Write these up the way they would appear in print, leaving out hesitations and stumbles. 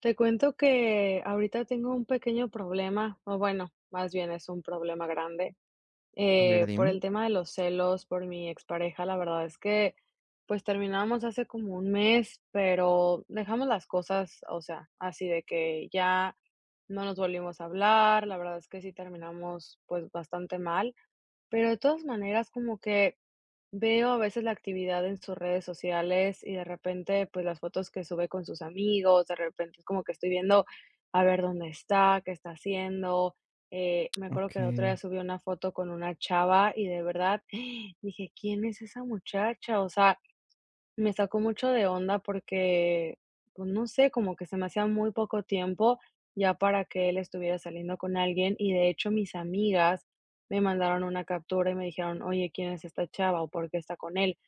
Te cuento que ahorita tengo un pequeño problema, o bueno, más bien es un problema grande, A ver, por dime. el tema de los celos, por mi expareja. La verdad es que pues terminamos hace como un mes, pero dejamos las cosas, o sea, así de que ya no nos volvimos a hablar. La verdad es que sí terminamos pues bastante mal. Pero de todas maneras, como que veo a veces la actividad en sus redes sociales y de repente, pues las fotos que sube con sus amigos, de repente es como que estoy viendo a ver dónde está, qué está haciendo. Me acuerdo Ok. que el otro día subió una foto con una chava y de verdad dije, ¿quién es esa muchacha? O sea, me sacó mucho de onda porque, pues, no sé, como que se me hacía muy poco tiempo ya para que él estuviera saliendo con alguien, y de hecho, mis amigas me mandaron una captura y me dijeron: "Oye, ¿quién es esta chava o por qué está con él?".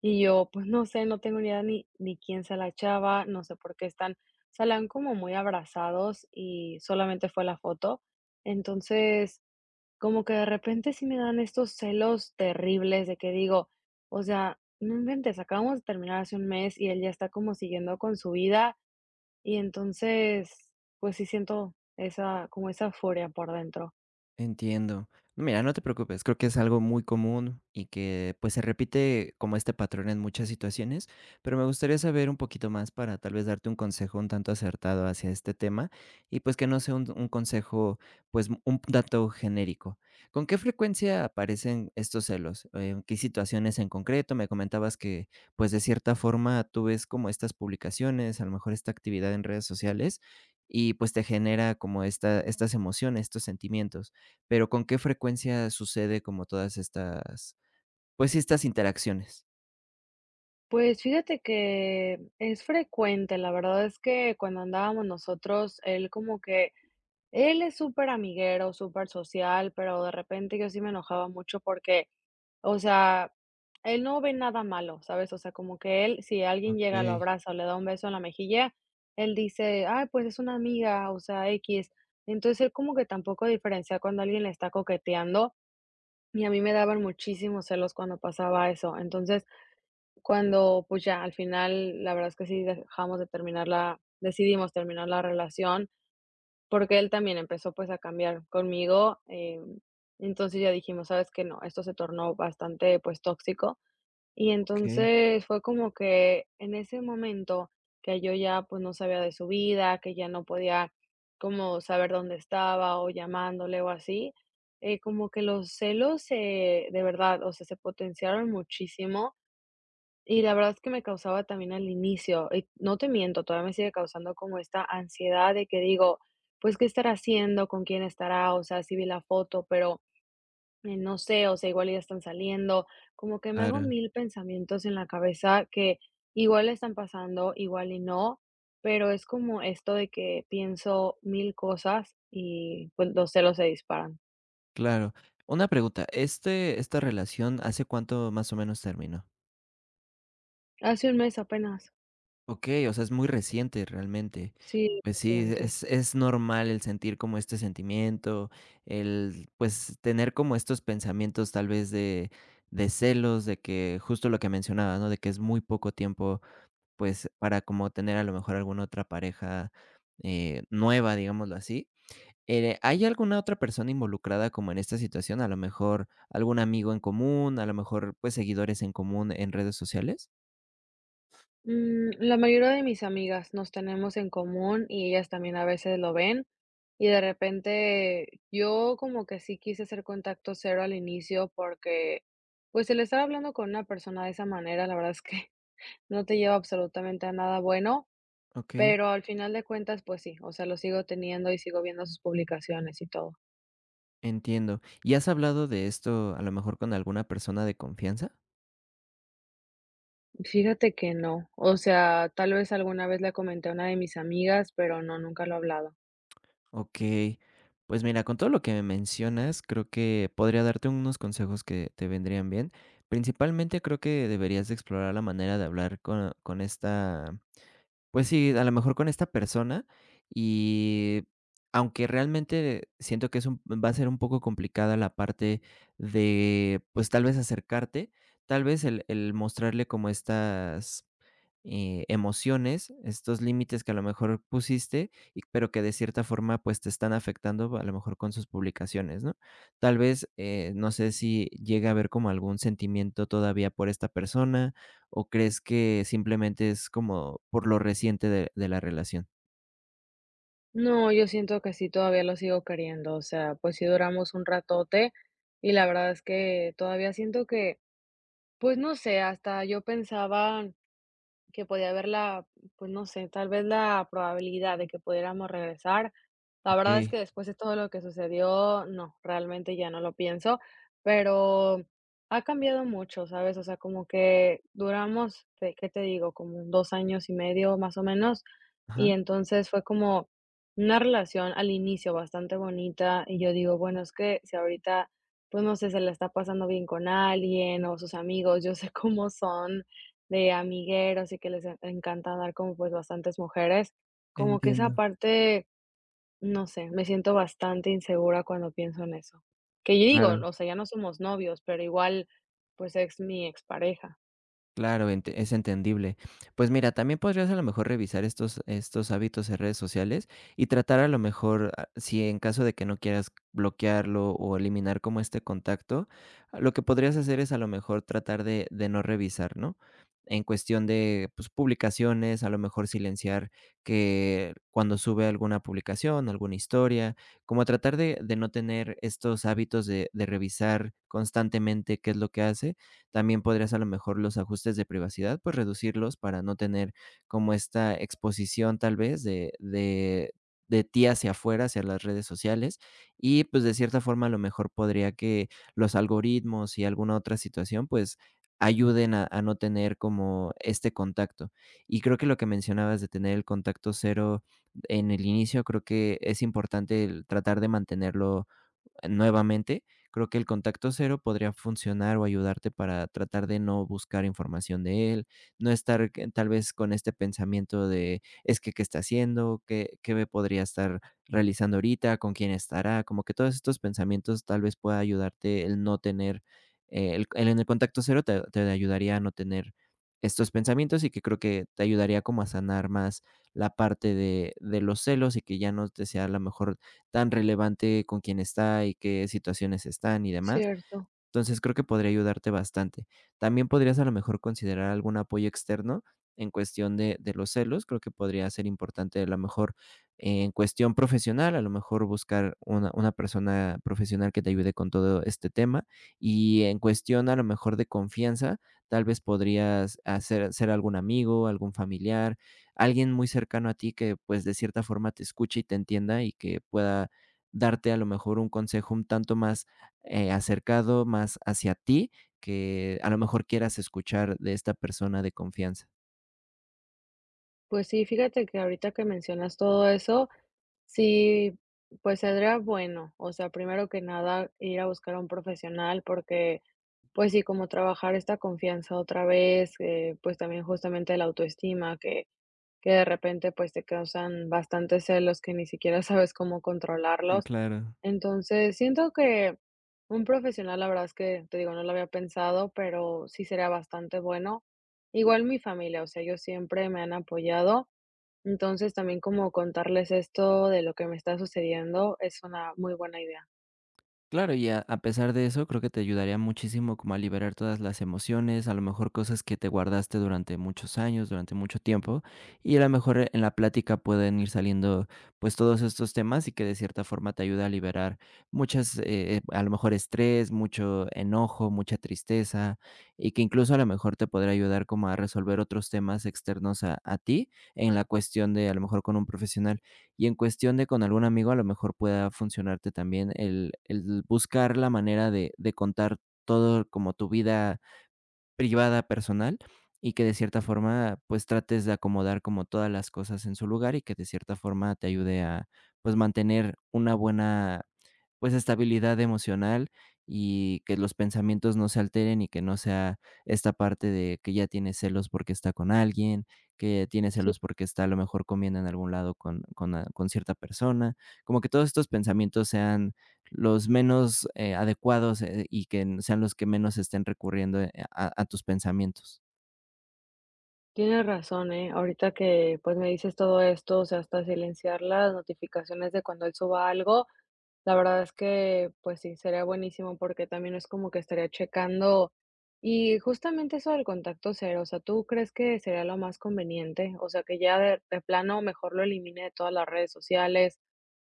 Y yo, pues, no sé, no tengo ni idea ni quién sea la chava, no sé por qué están salían como muy abrazados y solamente fue la foto. Entonces, como que de repente sí me dan estos celos terribles de que digo, o sea, no inventes, acabamos de terminar hace un mes y él ya está como siguiendo con su vida y entonces, pues sí siento esa, como esa furia por dentro. Entiendo. No, mira, no te preocupes, creo que es algo muy común y que pues se repite como este patrón en muchas situaciones, pero me gustaría saber un poquito más para tal vez darte un consejo un tanto acertado hacia este tema y pues que no sea un consejo, pues un dato genérico. ¿Con qué frecuencia aparecen estos celos? ¿En qué situaciones en concreto? Me comentabas que pues de cierta forma tú ves como estas publicaciones, a lo mejor esta actividad en redes sociales y pues te genera como estas emociones, estos sentimientos. Pero, ¿con qué frecuencia sucede como todas pues sí, estas interacciones? Pues fíjate que es frecuente, la verdad es que cuando andábamos nosotros, él como que él es súper amiguero, súper social, pero de repente yo sí me enojaba mucho porque, o sea, él no ve nada malo, ¿sabes? O sea, como que él, si alguien llega, lo Okey, abraza o le da un beso en la mejilla, él dice, ay, pues es una amiga, o sea, X. Entonces él como que tampoco diferencia cuando alguien le está coqueteando y a mí me daban muchísimos celos cuando pasaba eso. Entonces, cuando pues ya al final, la verdad es que sí dejamos de terminarla, decidimos terminar la relación porque él también empezó, pues, a cambiar conmigo, entonces ya dijimos: "¿Sabes que No, esto se tornó bastante, pues, tóxico", y okey, entonces fue como que en ese momento que yo ya, pues, no sabía de su vida, que ya no podía como saber dónde estaba o llamándole o así, como que los celos se de verdad, o sea, se potenciaron muchísimo y la verdad es que me causaba también al inicio, y no te miento, todavía me sigue causando como esta ansiedad de que digo, pues, ¿qué estará haciendo? ¿Con quién estará? O sea, sí vi la foto, pero, no sé, o sea, igual ya están saliendo. Como que me hago claro, mil pensamientos en la cabeza que igual están pasando, igual y no, pero es como esto de que pienso mil cosas y, pues, los celos se disparan. claro. Una pregunta, esta relación, ¿hace cuánto más o menos terminó? Hace un mes apenas. Okey, o sea, es muy reciente realmente. Sí, Pues sí, reciente. es normal el sentir como este sentimiento, el, pues, tener como estos pensamientos tal vez de celos, de que justo lo que mencionabas, ¿no? De que es muy poco tiempo pues, para como tener a lo mejor alguna otra pareja, nueva, digámoslo así. ¿hay alguna otra persona involucrada como en esta situación? A lo mejor algún amigo en común, a lo mejor, pues, seguidores en común en redes sociales. Mm, la mayoría de mis amigas nos tenemos en común y ellas también a veces lo ven. Y de repente yo como que sí quise hacer contacto cero al inicio porque pues el estar hablando con una persona de esa manera, la verdad es que no te lleva absolutamente a nada bueno, Okey, pero al final de cuentas pues sí, o sea, lo sigo teniendo y sigo viendo sus publicaciones y todo. entiendo. ¿Y has hablado de esto a lo mejor con alguna persona de confianza? Fíjate que no, o sea, tal vez alguna vez le comenté a una de mis amigas, pero no, nunca lo he hablado. Okey. Pues mira, con todo lo que me mencionas, creo que podría darte unos consejos que te vendrían bien. Principalmente creo que deberías de explorar la manera de hablar con esta. Pues sí, a lo mejor con esta persona y aunque realmente siento que es un va a ser un poco complicada la parte de, pues, tal vez acercarte, tal vez el mostrarle como estas emociones, estos límites que a lo mejor pusiste, y pero que de cierta forma, pues, te están afectando, a lo mejor con sus publicaciones, ¿no? Tal vez, no sé si llega a haber como algún sentimiento todavía por esta persona, o crees que simplemente es como por lo reciente de la relación. No, yo siento que sí, todavía lo sigo queriendo, o sea, pues sí duramos un ratote y la verdad es que todavía siento que, pues no sé, hasta yo pensaba que podía haber la, pues no sé, tal vez la probabilidad de que pudiéramos regresar. La verdad Okey. es que después de todo lo que sucedió, no, realmente ya no lo pienso, pero ha cambiado mucho, ¿sabes? O sea, como que duramos, ¿qué te digo? Como 2 años y medio más o menos, Ajá. y entonces fue como una relación al inicio bastante bonita, y yo digo, bueno, es que si ahorita, pues no sé, se la está pasando bien con alguien o sus amigos, yo sé cómo son de amigueros y que les en encanta dar como, pues, bastantes mujeres, como que esa Entiendo. parte, no sé, me siento bastante insegura cuando pienso en eso. Que yo digo, Claro. o sea, ya no somos novios, pero igual, pues, es mi expareja. Claro, ente es entendible. Pues mira, también podrías a lo mejor revisar estos hábitos en redes sociales y tratar a lo mejor, si en caso de que no quieras bloquearlo o eliminar como este contacto, lo que podrías hacer es a lo mejor tratar de no revisar, ¿no? En cuestión de, pues, publicaciones, a lo mejor silenciar que cuando sube alguna publicación, alguna historia, como tratar de no tener estos hábitos de revisar constantemente qué es lo que hace. También podrías a lo mejor los ajustes de privacidad, pues reducirlos para no tener como esta exposición tal vez de ti hacia afuera, hacia las redes sociales. Y pues de cierta forma a lo mejor podría que los algoritmos y alguna otra situación pues ayuden a no tener como este contacto. Y creo que lo que mencionabas de tener el contacto cero en el inicio, creo que es importante el tratar de mantenerlo nuevamente, creo que el contacto cero podría funcionar o ayudarte para tratar de no buscar información de él, no estar que tal vez con este pensamiento de es que qué está haciendo, qué me podría estar realizando ahorita, con quién estará, como que todos estos pensamientos tal vez pueda ayudarte el no tener, el en el contacto cero te ayudaría a no tener estos pensamientos y que creo que te ayudaría como a sanar más la parte de los celos y que ya no te sea a lo mejor tan relevante con quién está y qué situaciones están y demás. Cierto. Entonces, creo que podría ayudarte bastante. También podrías, a lo mejor, considerar algún apoyo externo en cuestión de los celos. Creo que podría ser importante, a lo mejor, en cuestión profesional, a lo mejor, buscar una persona profesional que te ayude con todo este tema. Y en cuestión, a lo mejor, de confianza, tal vez podrías hacer ser algún amigo, algún familiar, alguien muy cercano a ti que, pues, de cierta forma te escuche y te entienda, y que pueda darte, a lo mejor, un consejo un tanto más acercado más hacia ti, que a lo mejor quieras escuchar de esta persona de confianza. Pues sí, fíjate que ahorita que mencionas todo eso, sí, pues, sería bueno, o sea, primero que nada, ir a buscar a un profesional porque, pues sí, como trabajar esta confianza otra vez, pues, también justamente la autoestima que de repente, pues, te causan bastantes celos que ni siquiera sabes cómo Mm, controlarlos. claro. Entonces, siento que un profesional, la verdad es que, te digo, no lo había pensado, pero sí sería bastante bueno. Igual mi familia, o sea, ellos siempre me han apoyado. Entonces, también como contarles esto de lo que me está sucediendo es una muy buena idea. Claro, y a pesar de eso, creo que te ayudaría muchísimo como a liberar todas las emociones, a lo mejor cosas que te guardaste durante muchos años, durante mucho tiempo, y a lo mejor en la plática pueden ir saliendo pues todos estos temas y que de cierta forma te ayuda a liberar muchas, a lo mejor estrés, mucho enojo, mucha tristeza, y que incluso a lo mejor te podrá ayudar como a resolver otros temas externos a ti en la cuestión de a lo mejor con un profesional. Y en cuestión de con algún amigo, a lo mejor pueda funcionarte también el buscar la manera de contar todo como tu vida privada, personal, y que de cierta forma, pues, trates de acomodar como todas las cosas en su lugar y que de cierta forma te ayude a, pues, mantener una buena, pues, estabilidad emocional y que los pensamientos no se alteren y que no sea esta parte de que ya tiene celos porque está con alguien, que tiene Sí, celos porque está a lo mejor comiendo en algún lado con cierta persona, como que todos estos pensamientos sean los menos, adecuados, y que sean los que menos estén recurriendo, a tus pensamientos. tienes razón, ¿eh? Ahorita que pues me dices todo esto, o sea, hasta silenciar las notificaciones de cuando él suba algo, la verdad es que, pues sí, sería buenísimo porque también es como que estaría checando. Y justamente eso del contacto cero, o sea, ¿tú crees que sería lo más conveniente? O sea, que ya de plano mejor lo elimine de todas las redes sociales,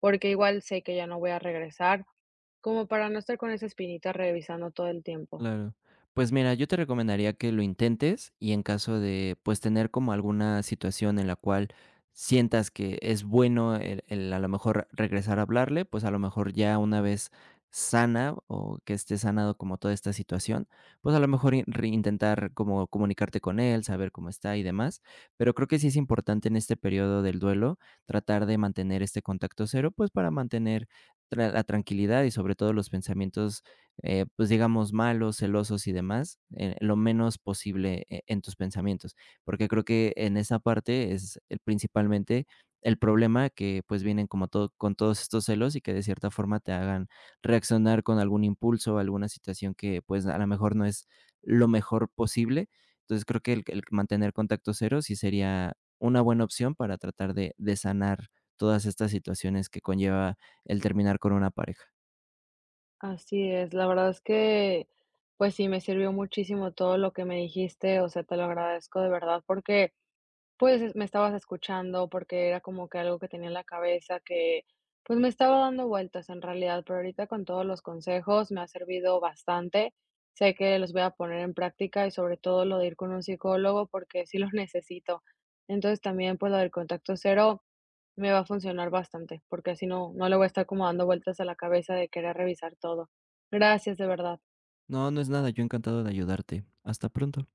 porque igual sé que ya no voy a regresar, como para no estar con esa espinita revisando todo el tiempo. Claro. Pues mira, yo te recomendaría que lo intentes y en caso de, pues, tener como alguna situación en la cual sientas que es bueno el a lo mejor regresar a hablarle, pues a lo mejor ya una vez sana o que esté sanado como toda esta situación, pues a lo mejor intentar como comunicarte con él, saber cómo está y demás. Pero creo que sí es importante en este periodo del duelo tratar de mantener este contacto cero, pues para mantener la tranquilidad y sobre todo los pensamientos, pues digamos, malos, celosos y demás, lo menos posible en tus pensamientos, porque creo que en esa parte principalmente el problema que pues vienen como todo, con todos estos celos y que de cierta forma te hagan reaccionar con algún impulso, alguna situación que pues a lo mejor no es lo mejor posible. Entonces creo que el mantener contacto cero sí sería una buena opción para tratar de sanar todas estas situaciones que conlleva el terminar con una pareja. Así es, la verdad es que, pues sí, me sirvió muchísimo todo lo que me dijiste, o sea, te lo agradezco de verdad porque... pues, me estabas escuchando, porque era como que algo que tenía en la cabeza que, pues, me estaba dando vueltas en realidad, pero ahorita con todos los consejos me ha servido bastante. Sé que los voy a poner en práctica y sobre todo lo de ir con un psicólogo, porque sí los necesito. Entonces, también, pues, lo del contacto cero me va a funcionar bastante, porque así no le voy a estar como dando vueltas a la cabeza de querer revisar todo. Gracias, de verdad. No, no es nada, yo encantado de ayudarte. Hasta pronto.